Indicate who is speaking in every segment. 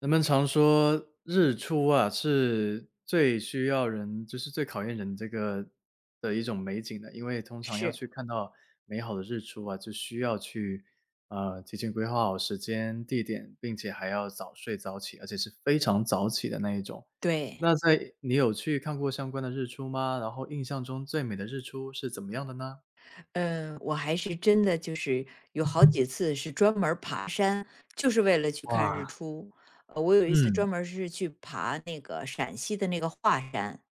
Speaker 1: 人们常说日出啊，是最需要人就是最考验人这个的一种美景的。因为通常要
Speaker 2: 是，
Speaker 1: 去看到美好的日出啊，就需要去，提前规划好时间、地点，并且还要早睡早起，而且是非常早起的那一种。
Speaker 2: 对，
Speaker 1: 那在你有去看过相关的日出吗？然后印象中最美的日出是怎么样的呢？
Speaker 2: 嗯，我还是真的就是有好几次是专门儿爬山，就是为了去看日
Speaker 1: 哇，
Speaker 2: 出。我有一次
Speaker 1: 嗯，
Speaker 2: 专门儿是去爬那个陕西的那个华山，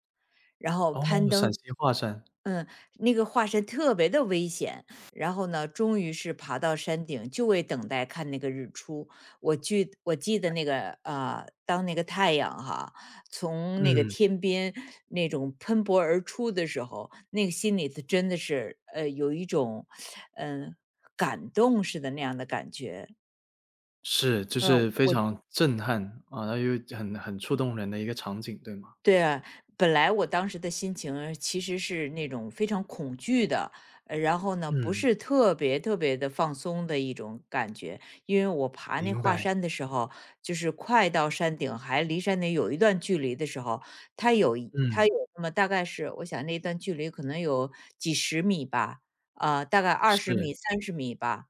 Speaker 2: 然后
Speaker 1: 哦，
Speaker 2: 攀
Speaker 1: 陕
Speaker 2: 登，
Speaker 1: 西华山，
Speaker 2: 嗯，那个华山特别的危险，然后呢，终于是爬到山顶，就为等待看那个日出。我记得那个当那个太阳哈，从那个
Speaker 1: 嗯。
Speaker 2: 天边那种喷薄而出的时候，那个心里头真的是，有一种，嗯、呃感动似的那样的感觉。
Speaker 1: 是，就
Speaker 2: 呃，
Speaker 1: 是非
Speaker 2: 我
Speaker 1: 常震撼啊，然后又很触动人的一个场景，对吗？
Speaker 2: 对啊，本来我当时的心情其实是那种非常恐惧的，然后呢，不
Speaker 1: 嗯，
Speaker 2: 是特别特别的放松的一种感觉，因为我爬那
Speaker 1: 明
Speaker 2: 华
Speaker 1: 白，
Speaker 2: 山的时候，就是快到山顶，还离山顶有一段距离的时候，它有一它
Speaker 1: 嗯，
Speaker 2: 有那么大概是，我想那段距离可能有几十米吧，啊、大概二十
Speaker 1: 是，
Speaker 2: 米、30米吧，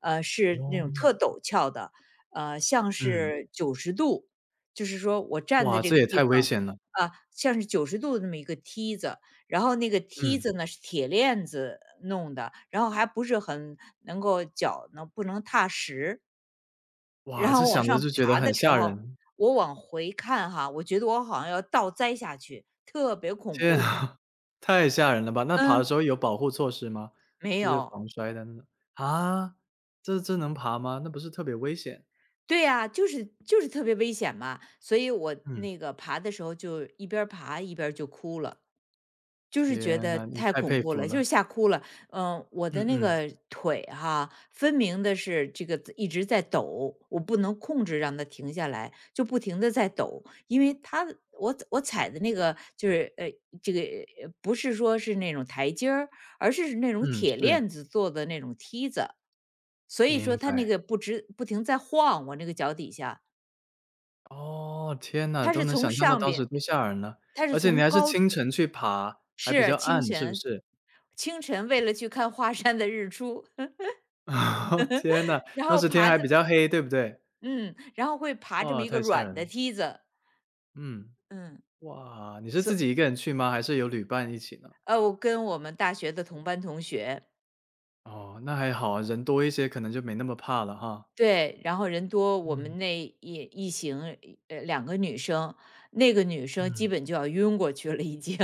Speaker 2: 是那种
Speaker 1: 哦，
Speaker 2: 特陡峭的，像
Speaker 1: 嗯。
Speaker 2: 是九十度，就是说我站
Speaker 1: 哇，
Speaker 2: 在这
Speaker 1: 这
Speaker 2: 个
Speaker 1: 也
Speaker 2: 地
Speaker 1: 太危
Speaker 2: 方。
Speaker 1: 险了，
Speaker 2: 啊，像是九十度的那么一个梯子，然后那个梯
Speaker 1: 嗯，
Speaker 2: 子呢，是铁链子弄的，然后还不是很能够脚呢，不能踏实。
Speaker 1: 哇，
Speaker 2: 然
Speaker 1: 这
Speaker 2: 后往
Speaker 1: 想着
Speaker 2: 上
Speaker 1: 就觉得
Speaker 2: 爬的
Speaker 1: 很
Speaker 2: 时
Speaker 1: 吓
Speaker 2: 候，
Speaker 1: 人，
Speaker 2: 我往回看哈，我觉得我好像要倒栽下去，特别恐
Speaker 1: 天
Speaker 2: 怖。
Speaker 1: 啊，太吓人了吧？那爬的
Speaker 2: 嗯，
Speaker 1: 时候有保护措施吗？
Speaker 2: 没
Speaker 1: 就是
Speaker 2: 有。
Speaker 1: 防摔的那种啊？这能爬吗？那不是特别危险？
Speaker 2: 对呀，就是特别危险嘛，所以我
Speaker 1: 嗯。
Speaker 2: 那个爬的时候就一边儿爬一边儿就哭了。就是觉
Speaker 1: 天
Speaker 2: 得
Speaker 1: 呐，你
Speaker 2: 太
Speaker 1: 太
Speaker 2: 恐
Speaker 1: 佩
Speaker 2: 怖
Speaker 1: 服
Speaker 2: 了，就是
Speaker 1: 了，
Speaker 2: 吓哭了。嗯，我的
Speaker 1: 嗯
Speaker 2: 那
Speaker 1: 嗯，
Speaker 2: 个腿哈，分明的是这个一直在抖，我不能控制让它停下来，就不停的在抖，因为它我踩的那个这个不是说是那种台阶儿，而是那种
Speaker 1: 嗯，
Speaker 2: 铁
Speaker 1: 是，
Speaker 2: 链子做的那种梯子，所以说
Speaker 1: 明
Speaker 2: 它那
Speaker 1: 白。
Speaker 2: 个不直不停在晃，我那个脚底下，
Speaker 1: 哦，天呐，
Speaker 2: 它
Speaker 1: 都
Speaker 2: 是
Speaker 1: 能
Speaker 2: 从
Speaker 1: 想象到
Speaker 2: 上
Speaker 1: 当
Speaker 2: 边，
Speaker 1: 时多吓人了，
Speaker 2: 它是
Speaker 1: 而且你
Speaker 2: 从
Speaker 1: 还是
Speaker 2: 高
Speaker 1: 清晨去爬，还比
Speaker 2: 是，
Speaker 1: 较
Speaker 2: 清
Speaker 1: 暗，是不
Speaker 2: 晨，
Speaker 1: 是？
Speaker 2: 清晨为了去看华山的日出，
Speaker 1: 天呐，
Speaker 2: 然
Speaker 1: 当
Speaker 2: 后
Speaker 1: 时天
Speaker 2: 爬
Speaker 1: 还比
Speaker 2: 着
Speaker 1: 较黑，对不对？
Speaker 2: 嗯，然后会爬这么
Speaker 1: 哇，
Speaker 2: 一个
Speaker 1: 太吓
Speaker 2: 软
Speaker 1: 人
Speaker 2: 的
Speaker 1: 了。
Speaker 2: 梯子，
Speaker 1: 嗯，
Speaker 2: 嗯，
Speaker 1: 哇，你是
Speaker 2: 所
Speaker 1: 自己一个人去吗？还是有旅伴一起呢？
Speaker 2: 我跟我们大学的同班同学，
Speaker 1: 哦，那还好啊，人多一些可能就没那么怕了哈。
Speaker 2: 对，然后人多，我
Speaker 1: 嗯，
Speaker 2: 们那一行，两个女生，那个女生基
Speaker 1: 嗯。
Speaker 2: 本就要晕过去了，已经。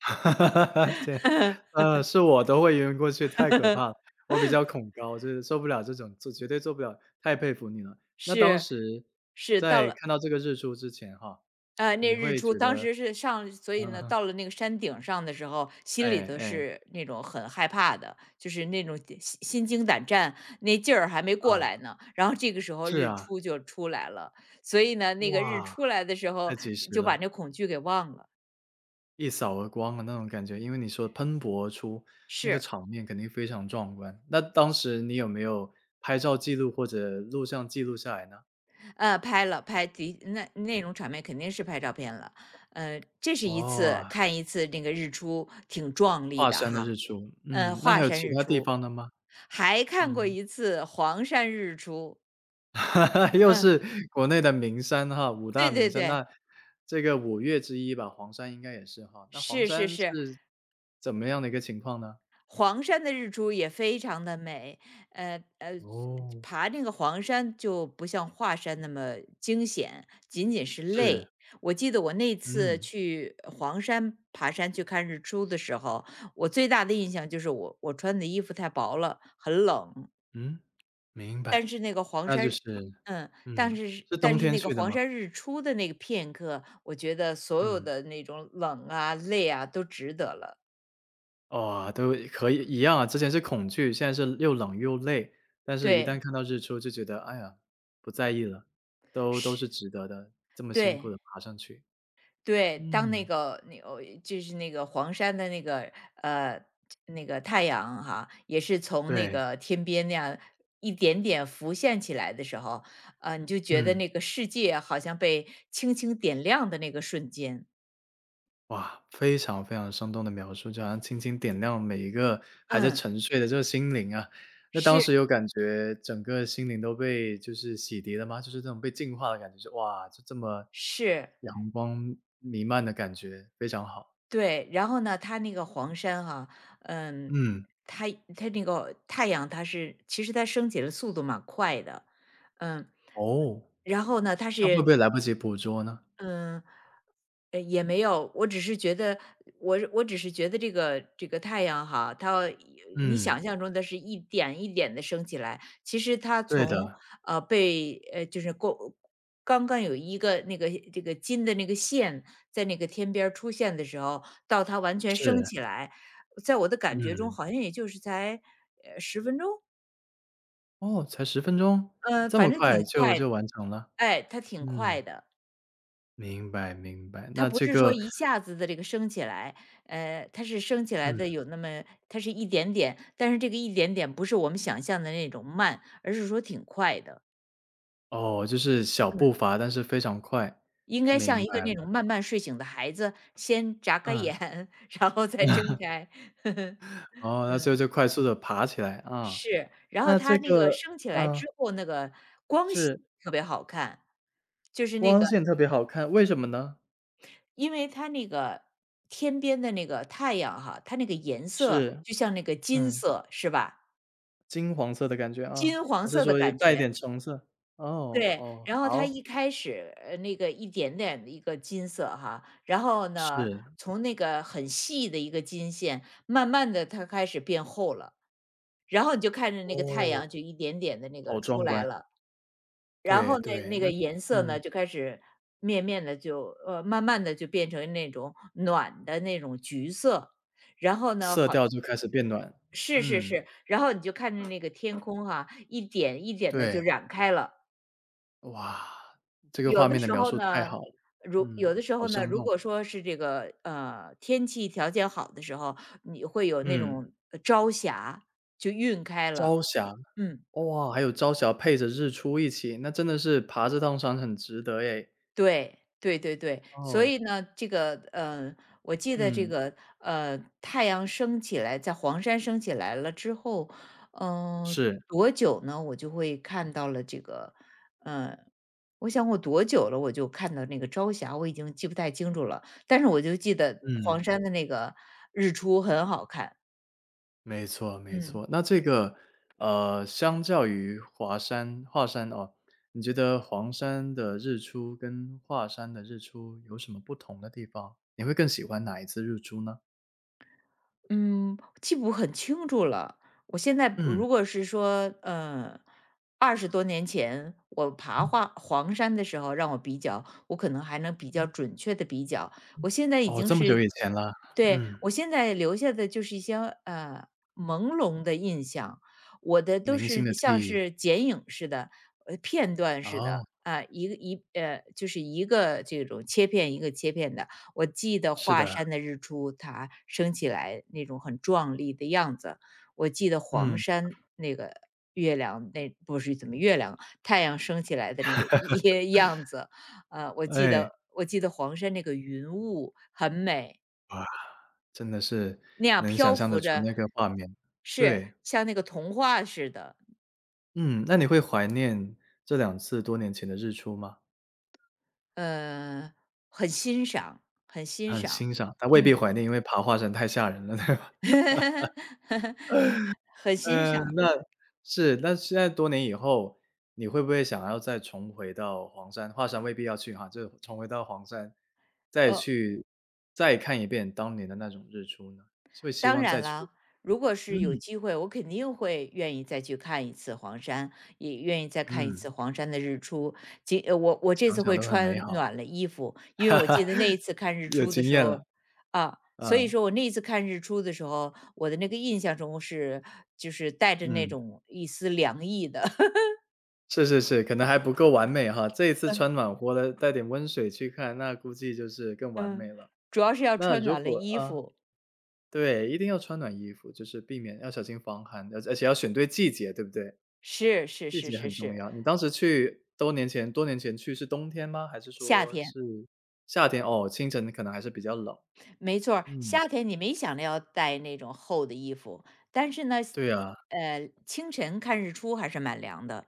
Speaker 1: 哈，天，是我都会晕过去，太可怕了我比较恐高，就是受不了这种，做绝对做不了，太佩服你了。那当
Speaker 2: 是，
Speaker 1: 时
Speaker 2: 是，到
Speaker 1: 在
Speaker 2: 了
Speaker 1: 看到这个日出之前哈，
Speaker 2: 呃，那
Speaker 1: 你
Speaker 2: 日
Speaker 1: 会
Speaker 2: 出
Speaker 1: 觉
Speaker 2: 当
Speaker 1: 得，
Speaker 2: 时是上所以呢，
Speaker 1: 嗯，
Speaker 2: 到了那个山顶上的时候，心里
Speaker 1: 哎
Speaker 2: 头
Speaker 1: 哎，
Speaker 2: 是那种很害怕的，就是那种心惊胆战，那劲儿还没过
Speaker 1: 啊，
Speaker 2: 来呢。然后这个时候
Speaker 1: 是
Speaker 2: 日
Speaker 1: 啊，
Speaker 2: 出就出来了，所以呢，那个日
Speaker 1: 哇，
Speaker 2: 出来的时
Speaker 1: 太
Speaker 2: 候
Speaker 1: 及时
Speaker 2: 就把
Speaker 1: 了，
Speaker 2: 那恐惧给忘了。
Speaker 1: 一扫而光的那种感觉。因为你说喷薄而出，那个
Speaker 2: 是，
Speaker 1: 场面肯定非常壮观。那当时你有没有拍照记录或者录像记录下来呢？
Speaker 2: 拍了拍的那种场面肯定是拍照片了。这是一次
Speaker 1: 哦，
Speaker 2: 看一次那个日出，挺壮丽
Speaker 1: 华
Speaker 2: 的
Speaker 1: 山的
Speaker 2: 哈。
Speaker 1: 日出，嗯，那还
Speaker 2: 华
Speaker 1: 有
Speaker 2: 山
Speaker 1: 其
Speaker 2: 日
Speaker 1: 他地
Speaker 2: 出。
Speaker 1: 方的吗？
Speaker 2: 还看过
Speaker 1: 嗯，
Speaker 2: 一次黄山日出，
Speaker 1: 又
Speaker 2: 嗯，
Speaker 1: 是国内的名山哈，五大
Speaker 2: 对
Speaker 1: 名
Speaker 2: 对
Speaker 1: 山，
Speaker 2: 对，
Speaker 1: 那这个五岳之一吧，黄山应该也是哈，那黄
Speaker 2: 是是
Speaker 1: 山
Speaker 2: 是，
Speaker 1: 是怎么样的一个情况呢？
Speaker 2: 黄山的日出也非常的美，呃呃，
Speaker 1: 哦，
Speaker 2: 爬那个黄山就不像华山那么惊险，仅仅是
Speaker 1: 是，
Speaker 2: 累。我记得我那次
Speaker 1: 嗯，
Speaker 2: 去黄山爬山去看日出的时候，我最大的印象就是我穿的衣服太薄了，很冷。
Speaker 1: 嗯，明
Speaker 2: 但
Speaker 1: 白，
Speaker 2: 是那个黄
Speaker 1: 那就
Speaker 2: 山
Speaker 1: 是
Speaker 2: 但
Speaker 1: 嗯，
Speaker 2: 是
Speaker 1: 是冬
Speaker 2: 但是
Speaker 1: 天
Speaker 2: 那个
Speaker 1: 去的
Speaker 2: 黄
Speaker 1: 吗？
Speaker 2: 山日出的那个片刻，我觉得所有
Speaker 1: 嗯。
Speaker 2: 的那种冷啊、累啊都值得了。
Speaker 1: 哦，都可以一样啊，之前是恐惧，现在是又冷又累，但是一旦
Speaker 2: 对，
Speaker 1: 看到日出就觉得，哎呀，不在意了，都
Speaker 2: 是
Speaker 1: 是值得的，这么辛苦的
Speaker 2: 对，
Speaker 1: 爬上去。
Speaker 2: 对，当那
Speaker 1: 嗯，
Speaker 2: 个那哦，就是那个黄山的呃，那个太阳哈，也是从那
Speaker 1: 对，
Speaker 2: 个天边那样一点点浮现起来的时候，你就觉得
Speaker 1: 嗯，
Speaker 2: 那个世界好像被轻轻点亮的那个瞬间。
Speaker 1: 哇，非常非常生动的描述，就好像轻轻点亮每一个还在
Speaker 2: 嗯，
Speaker 1: 沉睡的这个心灵啊。那当
Speaker 2: 是，
Speaker 1: 时有感觉整个心灵都被就是洗涤了吗？就是这种被净化的感觉，就哇，就这么
Speaker 2: 是。
Speaker 1: 阳光弥漫的感觉，非常好。
Speaker 2: 对，然后呢，它那个黄山哈、嗯，
Speaker 1: 嗯，
Speaker 2: 它它那个太阳，其实它升起的速度蛮快的，嗯，
Speaker 1: 哦。
Speaker 2: 然后呢，它
Speaker 1: 那会不
Speaker 2: 是
Speaker 1: 会来不及捕捉呢？
Speaker 2: 嗯呃，也没有，我只是觉得，我只是觉得这个太阳哈，你
Speaker 1: 嗯，
Speaker 2: 想象中的是一点一点的升起来，其实它
Speaker 1: 对
Speaker 2: 从，
Speaker 1: 的，
Speaker 2: 呃，被呃，就是过刚刚有一个这个金的那个线在那个天边儿出现的时候，到它完全升
Speaker 1: 是，
Speaker 2: 起来，在我的感觉中
Speaker 1: 嗯，
Speaker 2: 好像也就是才，十分钟？
Speaker 1: 哦，才十分钟？这么
Speaker 2: 反正
Speaker 1: 快
Speaker 2: 挺
Speaker 1: 就
Speaker 2: 快，
Speaker 1: 就完成了？
Speaker 2: 哎，它挺
Speaker 1: 嗯，
Speaker 2: 快的。
Speaker 1: 明白明白，
Speaker 2: 它
Speaker 1: 那
Speaker 2: 不
Speaker 1: 这
Speaker 2: 是说
Speaker 1: 个
Speaker 2: 一下子的这个升起来，它是升起来
Speaker 1: 嗯，
Speaker 2: 的有那么它是一点点，但是这个一点点不是我们想象的那种慢，而是说挺快的。
Speaker 1: 哦，就是小步
Speaker 2: 嗯，
Speaker 1: 伐，但是非常快，
Speaker 2: 应该像
Speaker 1: 明
Speaker 2: 一个
Speaker 1: 白了，
Speaker 2: 那种慢慢睡醒的孩子，先眨个
Speaker 1: 嗯，
Speaker 2: 眼，然后再睁开。
Speaker 1: 哦，那最后就快速的爬起来，啊，
Speaker 2: 是，然后
Speaker 1: 那这
Speaker 2: 它那个
Speaker 1: 个
Speaker 2: 升起来
Speaker 1: 嗯，
Speaker 2: 之后，那个光线
Speaker 1: 是，
Speaker 2: 特别好看，就是那
Speaker 1: 光
Speaker 2: 个，
Speaker 1: 线特别好看，为什么呢？
Speaker 2: 因为它那个天边的那个太阳哈，它那个颜色
Speaker 1: 是，
Speaker 2: 就像那个金
Speaker 1: 嗯，
Speaker 2: 色，是吧？
Speaker 1: 金黄色的感觉啊，
Speaker 2: 金黄
Speaker 1: 还是
Speaker 2: 色的
Speaker 1: 说也
Speaker 2: 感
Speaker 1: 带一
Speaker 2: 觉，
Speaker 1: 点橙色？哦
Speaker 2: 对。
Speaker 1: 哦，
Speaker 2: 然后它
Speaker 1: 好，
Speaker 2: 一开始，那个一点点的一个金色哈，然后呢，
Speaker 1: 是。
Speaker 2: 从那个很细的一个金线，慢慢的它开始变厚了，然后你就看着那个太
Speaker 1: 哦，
Speaker 2: 阳就一点点的那个
Speaker 1: 好
Speaker 2: 出
Speaker 1: 壮观，
Speaker 2: 来了，然
Speaker 1: 对
Speaker 2: 后那
Speaker 1: 对，
Speaker 2: 那
Speaker 1: 那
Speaker 2: 个颜色呢，
Speaker 1: 嗯，
Speaker 2: 就开始面面的就呃，慢慢的就变成那种暖的那种橘色。然后呢，
Speaker 1: 色调就开始变暖，
Speaker 2: 是是
Speaker 1: 嗯，
Speaker 2: 是，然后你就看着那个天空哈，一点一点的就
Speaker 1: 对，
Speaker 2: 染开了。
Speaker 1: 哇，这个
Speaker 2: 有
Speaker 1: 画
Speaker 2: 的
Speaker 1: 面的
Speaker 2: 时
Speaker 1: 描
Speaker 2: 候
Speaker 1: 述太
Speaker 2: 呢，
Speaker 1: 好了，嗯，好生
Speaker 2: 如
Speaker 1: 动，
Speaker 2: 果说是这个天气条件好的时候，你会有那
Speaker 1: 嗯，
Speaker 2: 种朝霞就晕开了，
Speaker 1: 朝霞，
Speaker 2: 嗯。
Speaker 1: 哇，还有朝霞配着日出一起，那真的是爬这趟山很值得诶。
Speaker 2: 对，对对对，所
Speaker 1: 哦，
Speaker 2: 以呢，我记得
Speaker 1: 嗯，
Speaker 2: 太阳升起来，在黄山升起来了之后，嗯，
Speaker 1: 是，
Speaker 2: 多久呢？我就会看到了这个，嗯，我想我多久了，我就看到那个朝霞，我已经记不太清楚了，但是我就记得黄
Speaker 1: 嗯。
Speaker 2: 山的那个日出很好看，
Speaker 1: 没错没
Speaker 2: 嗯。
Speaker 1: 错。那这个，相较于华山哦，你觉得黄山的日出跟华山的日出有什么不同的地方？你会更喜欢哪一次日出呢？
Speaker 2: 嗯，记不很清楚了。我现在
Speaker 1: 嗯，
Speaker 2: 如果是说，20多年前我爬黄山的时候让我比较，我可能还能比较准确的比较。我现在已
Speaker 1: 哦，
Speaker 2: 经
Speaker 1: 这么久
Speaker 2: 是
Speaker 1: 以前了，
Speaker 2: 对，
Speaker 1: 嗯，
Speaker 2: 我现在留下的就是一些，呃，朦胧的印象，我的都
Speaker 1: 零星的
Speaker 2: 是
Speaker 1: 记
Speaker 2: 像
Speaker 1: 忆。
Speaker 2: 是剪影似的，片段似
Speaker 1: 哦，
Speaker 2: 的，啊，一个一呃，就是一个这种切片一个切片的。我记得
Speaker 1: 是
Speaker 2: 华
Speaker 1: 的，
Speaker 2: 山的日出，它升起来那种很壮丽的样子。我记得黄
Speaker 1: 嗯，
Speaker 2: 山那个月亮，那不是怎么月亮，太阳升起来的那个一 样子。我记
Speaker 1: 哎，
Speaker 2: 得我记得黄山那个云雾很美，
Speaker 1: 哇，真的是
Speaker 2: 那样
Speaker 1: 能想
Speaker 2: 漂
Speaker 1: 象得
Speaker 2: 浮
Speaker 1: 出
Speaker 2: 着，
Speaker 1: 那个画面。
Speaker 2: 是
Speaker 1: 对，
Speaker 2: 像那个童话似的，
Speaker 1: 嗯，那你会怀念这两次多年前的日出吗？
Speaker 2: 呃，很欣赏，很欣
Speaker 1: 很
Speaker 2: 赏，
Speaker 1: 欣赏，但未必
Speaker 2: 嗯，
Speaker 1: 怀念，因为爬华山太吓人了，对吧？
Speaker 2: 很欣
Speaker 1: 嗯，
Speaker 2: 赏，
Speaker 1: 那是，那现在多年以后，你会不会想要再重回到黄山？华山未必要去哈，就是重回到黄山，再
Speaker 2: 哦。
Speaker 1: 去再看一遍当年的那种日出呢？就希
Speaker 2: 当
Speaker 1: 望再
Speaker 2: 然
Speaker 1: 去
Speaker 2: 了，如果
Speaker 1: 嗯，
Speaker 2: 是有机会，我肯定会愿意再去看一次黄山，也愿意再看一
Speaker 1: 嗯，
Speaker 2: 次黄山的日出。我这
Speaker 1: 想
Speaker 2: 次
Speaker 1: 想
Speaker 2: 会
Speaker 1: 都很美
Speaker 2: 穿
Speaker 1: 好，
Speaker 2: 暖了衣服，因为我记得那一次看日
Speaker 1: 有
Speaker 2: 出的
Speaker 1: 经
Speaker 2: 时
Speaker 1: 验
Speaker 2: 候，
Speaker 1: 了，
Speaker 2: 啊，
Speaker 1: 啊，
Speaker 2: 所以说我那一次看日出的时候，我的那个印象中是带着那
Speaker 1: 嗯，
Speaker 2: 种一丝凉意的，
Speaker 1: 是是是，可能还不够完美哈，这一次穿 暖和的带点温水去看，那估计就是更完
Speaker 2: 嗯，
Speaker 1: 美了。
Speaker 2: 主要是要
Speaker 1: 那
Speaker 2: 穿
Speaker 1: 如
Speaker 2: 暖了
Speaker 1: 果
Speaker 2: 衣
Speaker 1: 啊
Speaker 2: 服，
Speaker 1: 对，一定要穿暖衣服，就是避免要小心防寒，而且要选对季节，对不对？
Speaker 2: 是是
Speaker 1: 季
Speaker 2: 是
Speaker 1: 节
Speaker 2: 是
Speaker 1: 很重
Speaker 2: 是，
Speaker 1: 要。你当时去多年前去是冬天吗？还是
Speaker 2: 夏
Speaker 1: 说
Speaker 2: 天。
Speaker 1: 是夏天？哦，清晨可能还是比较冷。
Speaker 2: 没错儿
Speaker 1: 嗯，
Speaker 2: 夏天你没想着要带那种厚的衣服，但是呢，
Speaker 1: 对呀。
Speaker 2: 清晨看日出还是蛮凉的。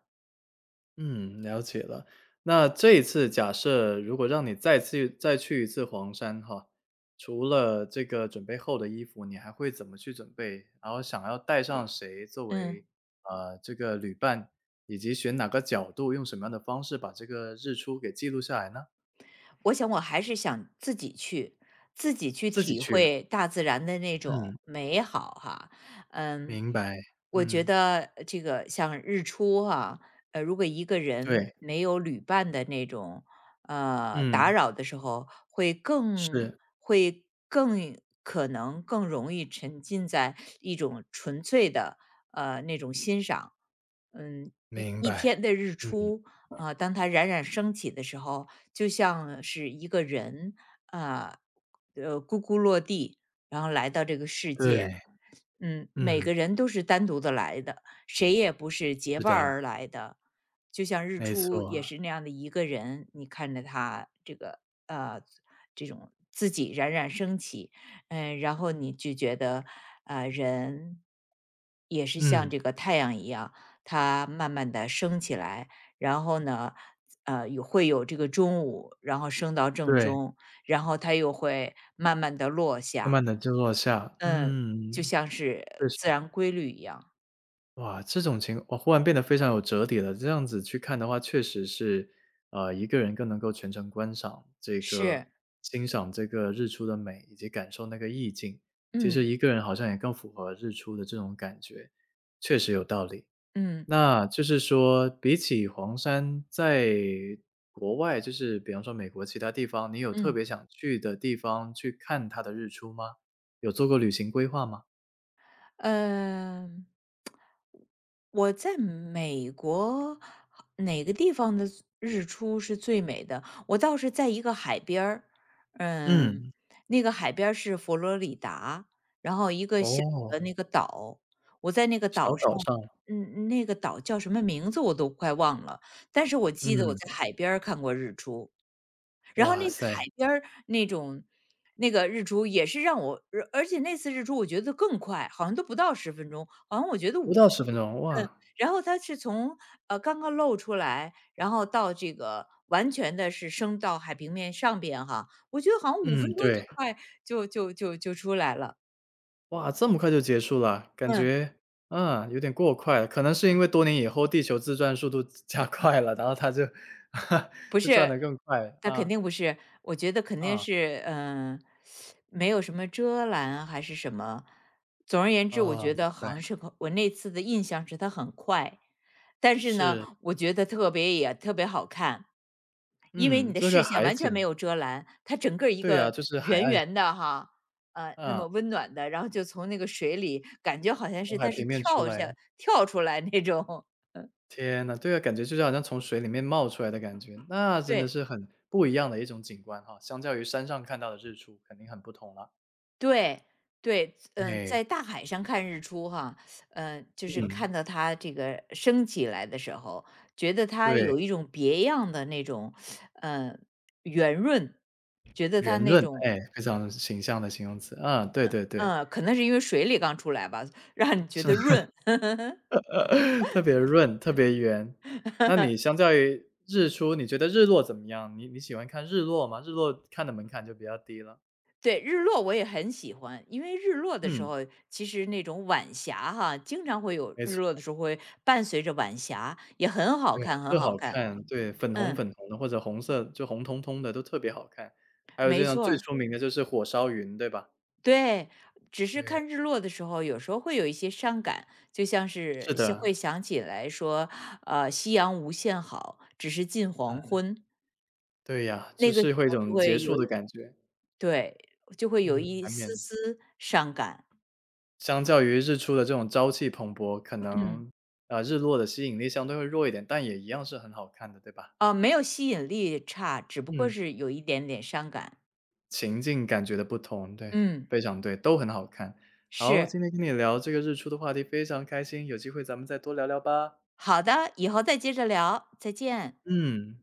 Speaker 1: 嗯，了解了。那这一次假设如果让你再次再去一次黄山哈，除了这个准备厚的衣服，你还会怎么去准备？然后想要带上谁作
Speaker 2: 嗯。
Speaker 1: 为，这个旅伴，以及选哪个角度，用什么样的方式把这个日出给记录下来呢？
Speaker 2: 我想我还是想自己去，自己去
Speaker 1: 自己
Speaker 2: 体
Speaker 1: 去
Speaker 2: 会 大自然的那种
Speaker 1: 嗯，
Speaker 2: 美好哈。嗯，
Speaker 1: 明白，
Speaker 2: 我觉
Speaker 1: 嗯，
Speaker 2: 得这个像日出哈、如果一个人
Speaker 1: 对，
Speaker 2: 没有旅伴的那种打
Speaker 1: 嗯，
Speaker 2: 扰的时候，会更
Speaker 1: 是，
Speaker 2: 会更可能更容易沉浸在一种纯粹的那种欣赏。嗯，一
Speaker 1: 明
Speaker 2: 一
Speaker 1: 白，
Speaker 2: 天的日
Speaker 1: 嗯，
Speaker 2: 出啊、当它冉冉升起的时候，就像是一个人啊，咕咕落地，然后来到这个世界。
Speaker 1: 对，
Speaker 2: 嗯，每
Speaker 1: 嗯，
Speaker 2: 个人都是单独的来的，谁也不是结
Speaker 1: 是
Speaker 2: 伴儿
Speaker 1: 的，
Speaker 2: 而来的。就像日
Speaker 1: 没
Speaker 2: 出也
Speaker 1: 错，
Speaker 2: 是那样的一个人，你看着他这个呃这种自己冉冉升起，嗯，然后你就觉得人也是像
Speaker 1: 嗯，
Speaker 2: 这个太阳一样，它慢慢的升起来，然后呢，会有这个中午，然后升到正
Speaker 1: 对。
Speaker 2: 中，然后它又会慢慢的落
Speaker 1: 慢
Speaker 2: 下，
Speaker 1: 慢的就落下，
Speaker 2: 嗯，就
Speaker 1: 嗯，
Speaker 2: 像
Speaker 1: 确
Speaker 2: 是
Speaker 1: 实。
Speaker 2: 自然规律一样。
Speaker 1: 哇，这种情况哇，忽然变得非常有哲理了，这样子去看的话，确实是，一个人更能够全程观赏这个
Speaker 2: 是，
Speaker 1: 欣赏这个日出的美，以及感受那个意境。其实
Speaker 2: 嗯，
Speaker 1: 一个人好像也更符合日出的这种感觉，确实有道理。
Speaker 2: 嗯，
Speaker 1: 那就是说，比起黄山，在国外，就是比方说美国其他地方，你有特
Speaker 2: 嗯。
Speaker 1: 别想去的地方去看它的日出吗？有做过旅行规划吗？
Speaker 2: 嗯，我在美国哪个地方的日出是最美的？我倒是在一个海边儿，嗯，
Speaker 1: 嗯，
Speaker 2: 那个海边儿是佛罗里达，然后一个小
Speaker 1: 哦，
Speaker 2: 的那个岛，我在那个
Speaker 1: 小
Speaker 2: 岛上，
Speaker 1: 岛上，
Speaker 2: 嗯，那个岛叫什么名字我都快忘了，但是我
Speaker 1: 嗯，
Speaker 2: 记得我在海边儿看过日出，然后
Speaker 1: 哇
Speaker 2: 那次海
Speaker 1: 塞，
Speaker 2: 边儿那个日出也是让我而而且那次日出我觉得更快，好像都不到十分钟，好像我觉得
Speaker 1: 不
Speaker 2: 五，
Speaker 1: 到十分钟，
Speaker 2: 嗯，
Speaker 1: 哇，
Speaker 2: 然后它是从，刚刚露出来，然后到这个完全的是升到海平面上边哈，我觉得好像五分
Speaker 1: 嗯，
Speaker 2: 钟就
Speaker 1: 对，
Speaker 2: 快就出来了，
Speaker 1: 哇，这么快就结束了，感
Speaker 2: 嗯。
Speaker 1: 觉，啊，有点过快了，可能是因为多年以后地球自转速度 加快了，然后它就
Speaker 2: 不
Speaker 1: 就转
Speaker 2: 是，
Speaker 1: 得更快，
Speaker 2: 那肯
Speaker 1: 啊，
Speaker 2: 定不是。我觉得肯定
Speaker 1: 啊，
Speaker 2: 是，没有什么遮拦还是什么。总而言之，我
Speaker 1: 哦，
Speaker 2: 觉
Speaker 1: 明
Speaker 2: 得好
Speaker 1: 白，
Speaker 2: 像是个我那次的印象是它很快，但是呢，
Speaker 1: 是，
Speaker 2: 我觉得特别也特别好看，因为
Speaker 1: 嗯，
Speaker 2: 你的
Speaker 1: 这个
Speaker 2: 视线
Speaker 1: 海
Speaker 2: 完全没
Speaker 1: 景，
Speaker 2: 有遮拦，它整个一
Speaker 1: 对呀，
Speaker 2: 个
Speaker 1: 就是海
Speaker 2: 圆
Speaker 1: 岸
Speaker 2: 圆的哈。那
Speaker 1: 啊，
Speaker 2: 么温暖的，然后就从那个水里，感觉好像是
Speaker 1: 从海
Speaker 2: 它是
Speaker 1: 平面出
Speaker 2: 跳
Speaker 1: 来。
Speaker 2: 下跳出来那种，
Speaker 1: 天呐，对啊，感觉就是好像从水里面冒出来的感觉，那 真的
Speaker 2: 对，
Speaker 1: 是很不一样的一种景观哈，相较于山上看到的日出肯定很不同了。
Speaker 2: 对，对，嗯、
Speaker 1: 哎，
Speaker 2: 在大海上看日出哈，嗯，就是
Speaker 1: 嗯，
Speaker 2: 看到它这个升起来的时候，觉得它
Speaker 1: 对，
Speaker 2: 有一种别样的那种，嗯，圆润，觉得它
Speaker 1: 圆
Speaker 2: 那
Speaker 1: 润，
Speaker 2: 种，
Speaker 1: 哎，非常形象的形容词，啊，对对对，
Speaker 2: 嗯、可能是因为水里刚出来吧，让你觉
Speaker 1: 是
Speaker 2: 得润。
Speaker 1: 特别润，特别圆。那你 相较于日出，你觉得日落怎么样？你喜欢看日落吗？日落看的门槛就比较低了。
Speaker 2: 对，日落我也很喜欢，因为日落的时
Speaker 1: 嗯，
Speaker 2: 候，其实那种晚霞哈，经常会有
Speaker 1: 没
Speaker 2: 日
Speaker 1: 错。
Speaker 2: 落的时候会伴随着晚霞，也很好
Speaker 1: 对啊，
Speaker 2: 看，很
Speaker 1: 特好
Speaker 2: 好看。
Speaker 1: 看，对，粉红
Speaker 2: 嗯，
Speaker 1: 粉红的或者红色就红彤彤的都特别好看。还有这
Speaker 2: 没
Speaker 1: 样
Speaker 2: 错
Speaker 1: 最
Speaker 2: 儿
Speaker 1: 出名的就是火烧云，对吧？
Speaker 2: 对，只是看
Speaker 1: 对，
Speaker 2: 日落的时候，有时候会有一些伤感，就像
Speaker 1: 是
Speaker 2: 是会
Speaker 1: 的，
Speaker 2: 想起来说，夕阳无限好，只是近
Speaker 1: 嗯，
Speaker 2: 黄昏。
Speaker 1: 对呀，就
Speaker 2: 那个时
Speaker 1: 是会一
Speaker 2: 候就
Speaker 1: 种结
Speaker 2: 会
Speaker 1: 束的感觉，
Speaker 2: 对，就会有
Speaker 1: 嗯，
Speaker 2: 一
Speaker 1: 难免。
Speaker 2: 丝丝伤感。
Speaker 1: 相较于日出的这种朝气蓬勃，可
Speaker 2: 嗯，
Speaker 1: 能，啊日落的吸引力相对会弱一点，但也一样是很好看的，对吧？
Speaker 2: 没有吸引力差，只不过
Speaker 1: 嗯，
Speaker 2: 是有一点点伤感。
Speaker 1: 情境感觉的不同，对，
Speaker 2: 嗯，
Speaker 1: 非常对，都很好看。好，
Speaker 2: 是。
Speaker 1: 今天跟你聊这个日出的话题非常开心，有机会咱们再多聊聊吧。
Speaker 2: 好的，以后再接着聊，再见。
Speaker 1: 嗯。